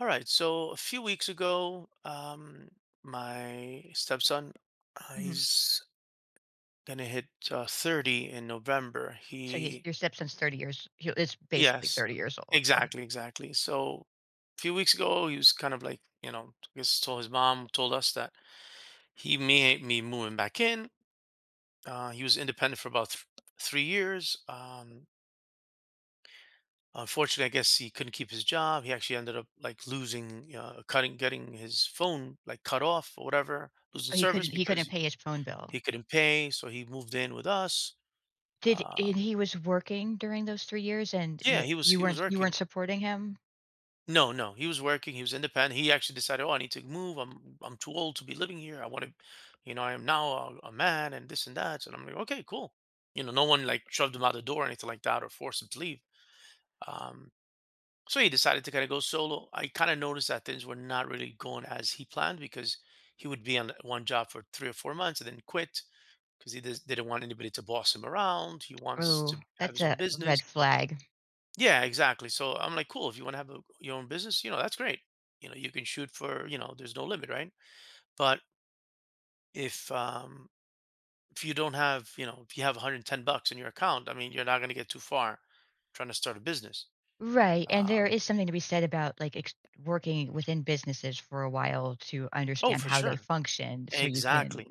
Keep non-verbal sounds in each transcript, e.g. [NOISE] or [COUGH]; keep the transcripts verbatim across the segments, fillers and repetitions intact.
All right. So a few weeks ago, um, my stepson, uh, Mhm. he's gonna hit uh, thirty in November. So your He, your stepson's thirty years he is basically yes, thirty years old. Okay. exactly, exactly. So a few weeks ago, he was kind of like, you know, I guess told his mom, told us that he may be moving back in. Uh, he was independent for about th- three years. Um, Unfortunately, I guess he couldn't keep his job. He actually ended up like losing, uh, cutting, getting his phone like cut off or whatever, losing Oh, He service couldn't he because couldn't he pay his phone bill. he couldn't pay. So he moved in with us. Did and Um, he was working during those three years and yeah, you he was you he was weren't you weren't working. supporting him? No, no, he was working. He was independent. He actually decided, oh, I need to move. I'm I'm too old to be living here. I want to, you know, I am now a, a man and this and that. And I'm like, okay, cool. You know, no one like shoved him out the door or anything like that or forced him to leave. Um, So he decided to kind of go solo. I kind of noticed that things were not really going as he planned because he would be on one job for three or four months and then quit because he dis- didn't want anybody to boss him around. He wants Oh, to have that's his a own red business. flag. Yeah, exactly. So I'm like, cool. If you want to have a, your own business, you know, that's great. You know, you can shoot for, you know, there's no limit, right? But if um if you don't have, you know, if you have one hundred ten bucks in your account, I mean, you're not going to get too far trying to start a business. Right, and there Um, is something to be said about, like, ex working within businesses for a while to oh, understand for how they sure. function so you can Exactly.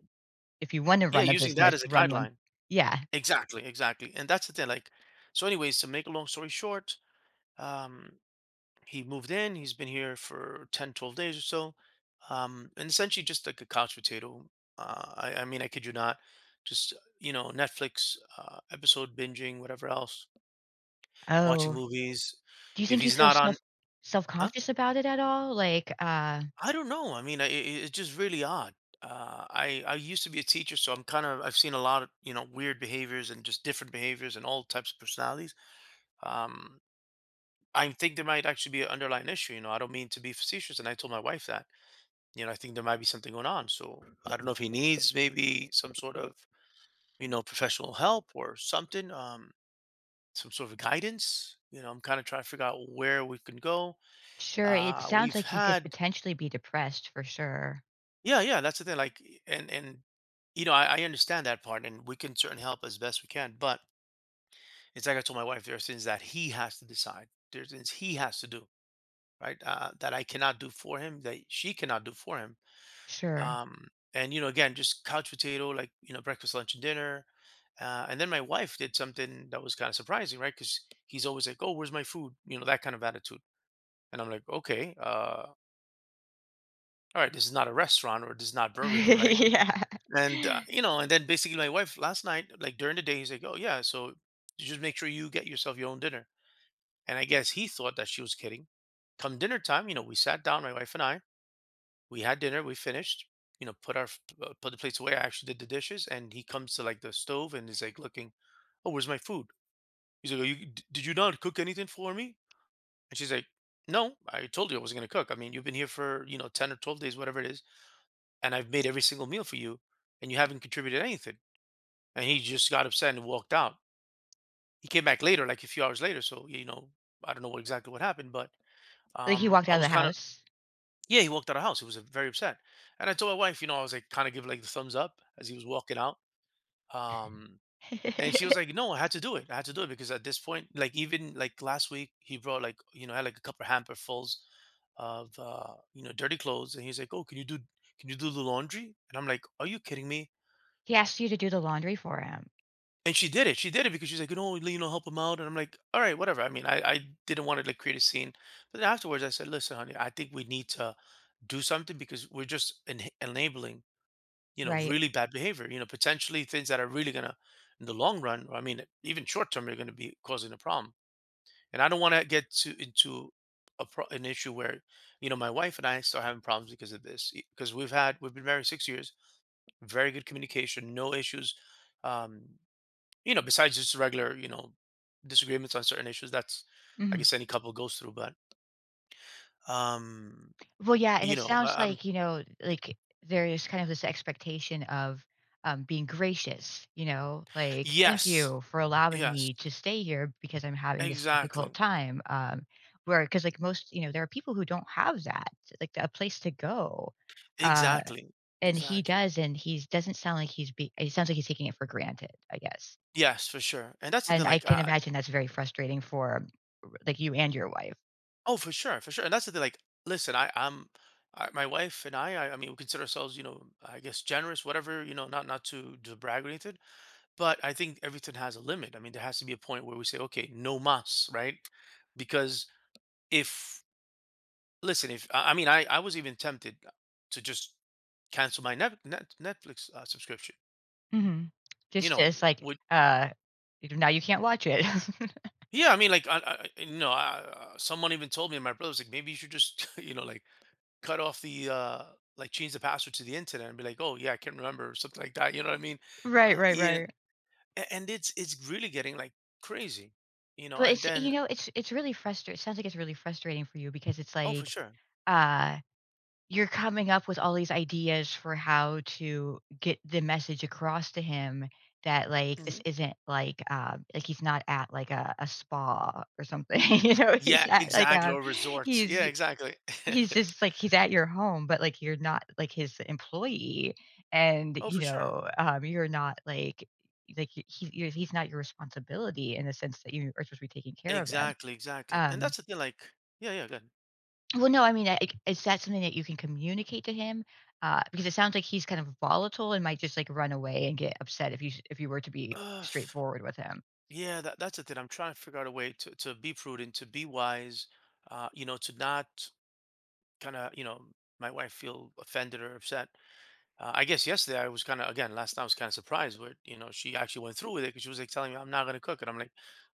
if you want to Yeah, run a using that business, as a run one. guideline. Yeah. Exactly, exactly. And that's the thing, like, so anyways, to make a long story short, um, he moved in, he's been here for ten, twelve days or so. Um, and essentially just like a couch potato. Uh, I, I mean, I kid you not, just, you know, Netflix, uh, episode binging, whatever else, watching Oh, movies. do you If think he he's not feels self on, huh? self-conscious about it at all? Like, uh I don't know. I mean, I, I it's just really odd. Uh, I I used to be a teacher, so I'm kind of I've seen a lot of you know weird behaviors and just different behaviors and all types of personalities. Um, I think there might actually be an underlying issue. You know, I don't mean to be facetious, and I told my wife that. You know, I think there might be something going on. So I don't know if he needs maybe some sort of you know professional help or something, um, some sort of guidance. You know, I'm kind of trying to figure out where we can go. sure, it Uh, sounds we've like he could had potentially be depressed for sure. Yeah, yeah, that's the thing. Like, and and you know, I, I understand that part, and we can certainly help as best we can. But it's like I told my wife, there are things that he has to decide. There's things he has to do, right? Uh, that I cannot do for him, that she cannot do for him. Sure. Um, and you know, again, just couch potato, like you know, breakfast, lunch, and dinner. Uh, and then my wife did something that was kind of surprising, right? Because he's always like, "Oh, where's my food?" You know, that kind of attitude. And I'm like, "Okay, uh, all right, this is not a restaurant, or this is not Burger King, right?" [LAUGHS] Yeah. and uh, you know and then basically my wife last night like during the day he's like oh yeah so you just make sure you get yourself your own dinner, and I guess he thought that she was kidding. Come dinner time, you know, we sat down, my wife and I, we had dinner, we finished, you know, put our f- uh, put the plates away. I actually did the dishes and he comes to like the stove and he's like looking, oh where's my food. He's like, oh, you, d- did you not cook anything for me? And she's like, no I told you I wasn't going to cook. I mean, you've been here for you know ten or twelve days, whatever it is, and I've made every single meal for you, and you haven't contributed anything. And he just got upset and walked out. He came back later, like a few hours later. So you know, I don't know what exactly what happened, but Like, he um, walked out I of was the kind of house? yeah. He walked out of the house. He was uh, very upset, and I told my wife, you know, I was like kind of give like the thumbs up as he was walking out. Um, and she was [LAUGHS] like, no, I had to do it. I had to do it because at this point, like even like last week, he brought like you know had like a couple hamper fulls of uh, you know dirty clothes, and he's like, oh, can you do can you do the laundry? And I'm like, are you kidding me? He asked you to do the laundry for him, And she did it. She did it because she's like, "You know, you know, help him out." And I'm like, "All right, whatever." I mean, I, I didn't want to like create a scene, but then afterwards, I said, "Listen, honey, I think we need to do something because we're just en- enabling, you know, right? really bad behavior. You know, potentially things that are really gonna, in the long run, or I mean, even short term, are gonna be causing a problem. And I don't want to get to into a pro- an issue where, you know, my wife and I start having problems because of this. Because we've had we've been married six years, very good communication, no issues." um you know, besides just regular, you know, disagreements on certain issues, that's I Mhm. guess any couple goes through. But um, Well, yeah, and you it know, sounds um, like, you know, like, there is kind of this expectation of, um, being gracious, you know? Like, "Thank yes, you for allowing yes, me to stay here because I'm having this exactly, difficult time." Um, where because like, most you know, there are people who don't have that, like, a place to go, uh. exactly, And he exactly. does, and he doesn't sound like he's be it sounds like he's taking it for granted, I guess. Yes, for sure. And that's the thing, And I like, can uh, imagine that's very frustrating for, like, you and your wife. oh, for sure, for sure. And that's the thing, like, listen, I, I'm, I, my wife and I, I, I mean, we consider ourselves, you know, I guess generous, whatever, you know, not not to to brag or anything. But I think everything has a limit. I mean, there has to be a point where we say, okay, no mas, right? Because if Listen, if I I mean, I I was even tempted uh, to just cancel my Net Net Netflix, uh, subscription, Mhm. you Just know, as, like, would uh, now you can't watch it. [LAUGHS] yeah, I mean, like, I I you know, I, uh, someone even told me, and my brother was like, "Maybe you should just, [LAUGHS] you know, like, cut off the, uh like, change the password to the internet," and be like, "Oh, yeah, I can't remember," or something like that, you know what I mean? Uh, Right, right, Yeah, right. a and it's it's really getting, like, crazy, you know, But and it's you then know, it's it's really frustr it sounds like it's really frustrating for you because it's oh, for like, sure. uh, you're coming up with all these ideas for how to get the message across to him that like this Mhm. isn't like um like he's not at like a, a spa or something [LAUGHS] you know he's Yeah, at like exactly, um or resorts. Yeah, he's exactly. [LAUGHS] he's just like he's at your home but like you're not like his employee, and Oh, for you sure. know um you're not like like he, he- he's not your responsibility in the sense that you are supposed to be taking care of him. Exactly, exactly. And Um, that's the thing, like, yeah, yeah, good. well, no, I mean, I like, is that something that you can communicate to him? Uh, because it sounds like he's kind of volatile and might just like run away and get upset if you s- if you were to be Uh, straightforward with him. yeah, that, that's the thing. I'm trying to figure out a way to, to be prudent, to be wise, uh, you know, to not kind of, you know, my wife feel offended or upset. Uh, I guess yesterday I was kind of, again, last night I was kind of surprised where, you know, she actually went through with it because she was like telling me, I'm not going to cook. And I'm like,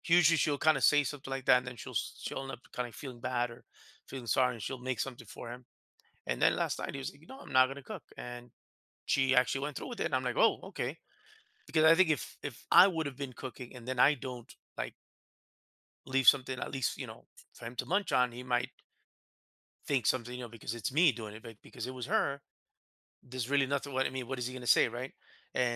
usually she'll kind of say something like that and then she'll, s- she'll end up kind of feeling bad or feeling sorry and she'll make something for him. And then last night he was like, no, I'm not going to cook. And she actually went through with it. And I'm like, oh, okay. Because I think if if I would have been cooking and then I don't like leave something at least, you know, for him to munch on, he might think something, you know, because it's me doing it, but because it was her, there's really nothing. What I mean, what is he gonna say, right?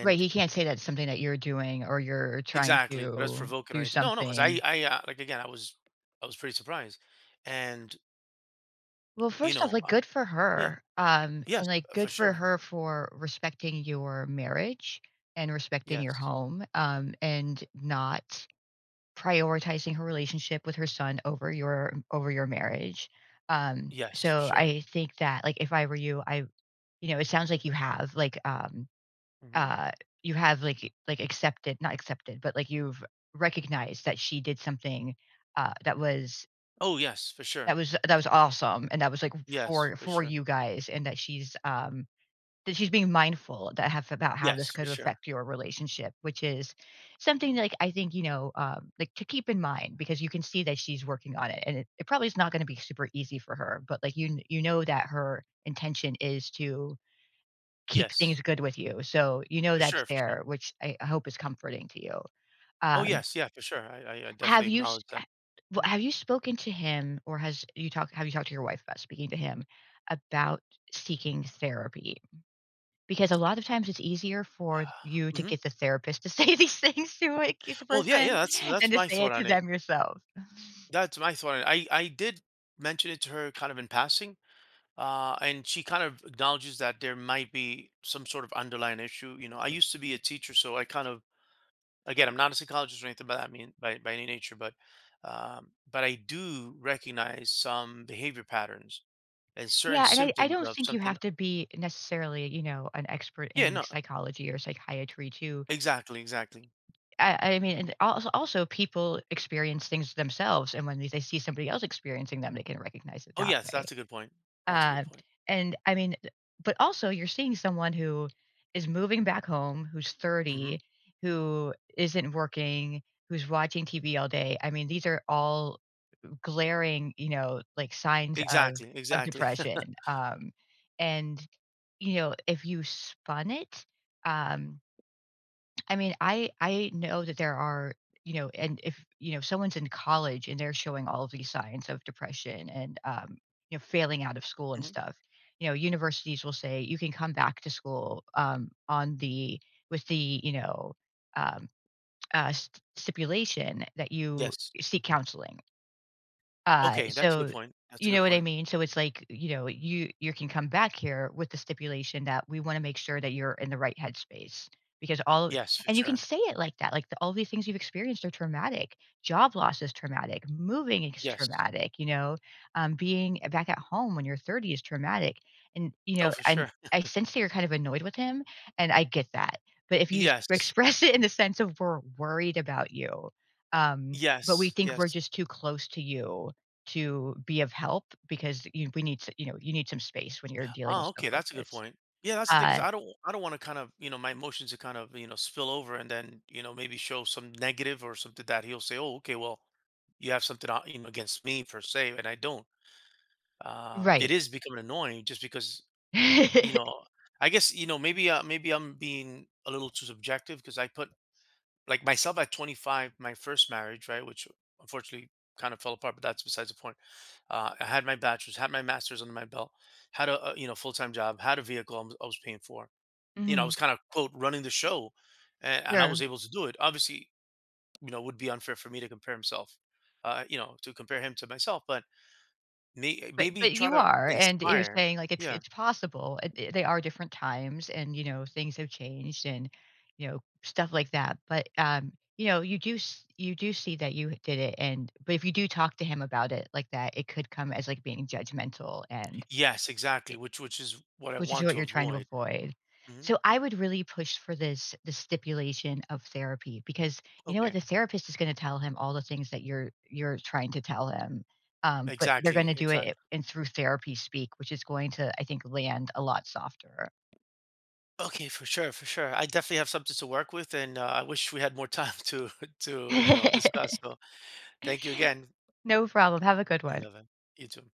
Right, he can't say that's something that you're doing or you're trying exactly, that us to provoking or do anything. No, no, because I something. I uh, like again, I was I was pretty surprised. And, Well, you first off, know, like uh, good for yeah, her. Um, yes, and like uh, for good for sure. her for respecting your marriage and respecting your Yes. home. Um, and not Prioritizing her relationship with her son over your over your marriage. Um, Yes, for so sure. I think that, like, if I were you, I you know, it sounds like you have, like, um, Hmm. uh, you have, like like, accepted not accepted, but, like, you've recognized that she did something, uh, that was Oh, yes, for that sure. was that was awesome, and that was, like, Yes, for for for sure. you guys, and that she's, um, that she's being mindful that have about how this Yes, for could sure. affect your relationship, which is something like I think, you know, um, like to keep in mind because you can see that she's working on it, and it, it probably is not going to be super easy for her. But like you, kn- you know that her intention is to keep Yes, things good with you, so you know for that's sure, for there, sure. which I I hope is comforting to you. Oh, Um, yes, yeah, for sure. I I I definitely have you s- acknowledge h- that. w- Mhm. have you spoken to him or has you talked have you talked to your wife about speaking to him about seeking therapy? Because a lot of times it's easier for you to Mhm. get the therapist to say [LAUGHS] these things to, like, the Well, yeah, yeah, person that's than that's to my say thought it to on it. them yourself. That's my thought on it. I I did mention it to her kind of in passing, uh, and she kind of acknowledges that there might be some sort of underlying issue. You know, I used to be a teacher, so I kind of again, I'm not a psychologist or anything by that mean by by any nature, but um, but I do recognize some behavior patterns and certain Yeah, and I I symptoms don't of think you something. have to be necessarily, you know, an expert Yeah, in, like, no, psychology or psychiatry to exactly, exactly. I I mean, and also also people experience things themselves, and when they they see somebody else experiencing them, they can recognize it Oh, that yes, way. that's a good point. That's a good Uh, point. and I mean, but also you're seeing someone who is moving back home, who's Mhm. thirty, who isn't working, who's watching T V all day. I mean, these are all glaring, you know, like signs of Exactly, of exactly. depression. [LAUGHS] Um, and you know, if you spun it, um, I mean, I I know that there are, you know, and if, you know, someone's in college and they're showing all of these signs of depression and um, you know, failing out of school and Mhm. stuff, you know, universities will say you can come back to school um on the with the, you know, um, uh, st- stipulation that you Yes. seek counseling, uh, Okay, that's a good so point. That's a you know good what I point. mean? So it's like, you know, you you can come back here with the stipulation that we wanna make sure that you're in the right headspace because all. Yes, for And you can sure. say it like that, like, the all these things you've experienced are traumatic. Job loss is traumatic, moving is Yes. traumatic, you know, um, being back at home when you're thirty is traumatic, and, you Oh, know, for and sure. I [LAUGHS] sense that you're kind of annoyed with him, and I get that, but if you s [LAUGHS] Yes. express it in the sense of we're worried about you, um, but we Yes. think we're Yes. just too close to you to be of help because you we need s you know, you need some space when you're dealing with Oh, stuff okay, like that's a good this. point. Yeah, that's the thing is Uh, I don't I don't want to kind of, you know, my emotions to kind of, you know, spill over and then, you know, maybe show some negative or something that he'll say, "Oh, okay, well, you have something on- you know against me per se," and I don't. Um, it right. is becoming annoying just because, you [LAUGHS] know, I guess, you know, maybe uh, maybe I'm being a little too subjective because I put like myself at twenty-five, my first marriage, right, which unfortunately kind of fell apart, but that's besides the point. Uh, I had my bachelor's, had my master's under my belt, had a, a you know full time job, had a vehicle I was, I was paying for. You know, I Mhm. was kind of quote running the show, and, and I Sure, was able to do it. Obviously, you know, it would be unfair for me to compare himself, uh, you know, to compare him to myself, but may, eh, but maybe but try you to are, and you're inspire. saying, like, it's Yeah. it's possible. It it they are different times and, you know, things have changed and, you know, stuff like that, but, um, you know, you do s you do see that you did it, and but if you do talk to him about it like that, it could come as, like, being judgmental and Yes, exactly. Which which is what I which is want what to you're trying to avoid. avoid. Hmm. So I would really push for this the stipulation of therapy because you know what Okay. the therapist is going to tell him all the things that you're you're trying to tell him, um, but they're going to Exactly. do it Exactly. and through therapy speak, which is going to I think land a lot softer. Okay, for sure, for sure. I definitely have something to work with, and uh, I wish we had more time to [LAUGHS] to you know [LAUGHS] discuss. So thank you again. No problem. Have a good one. Bye. You too.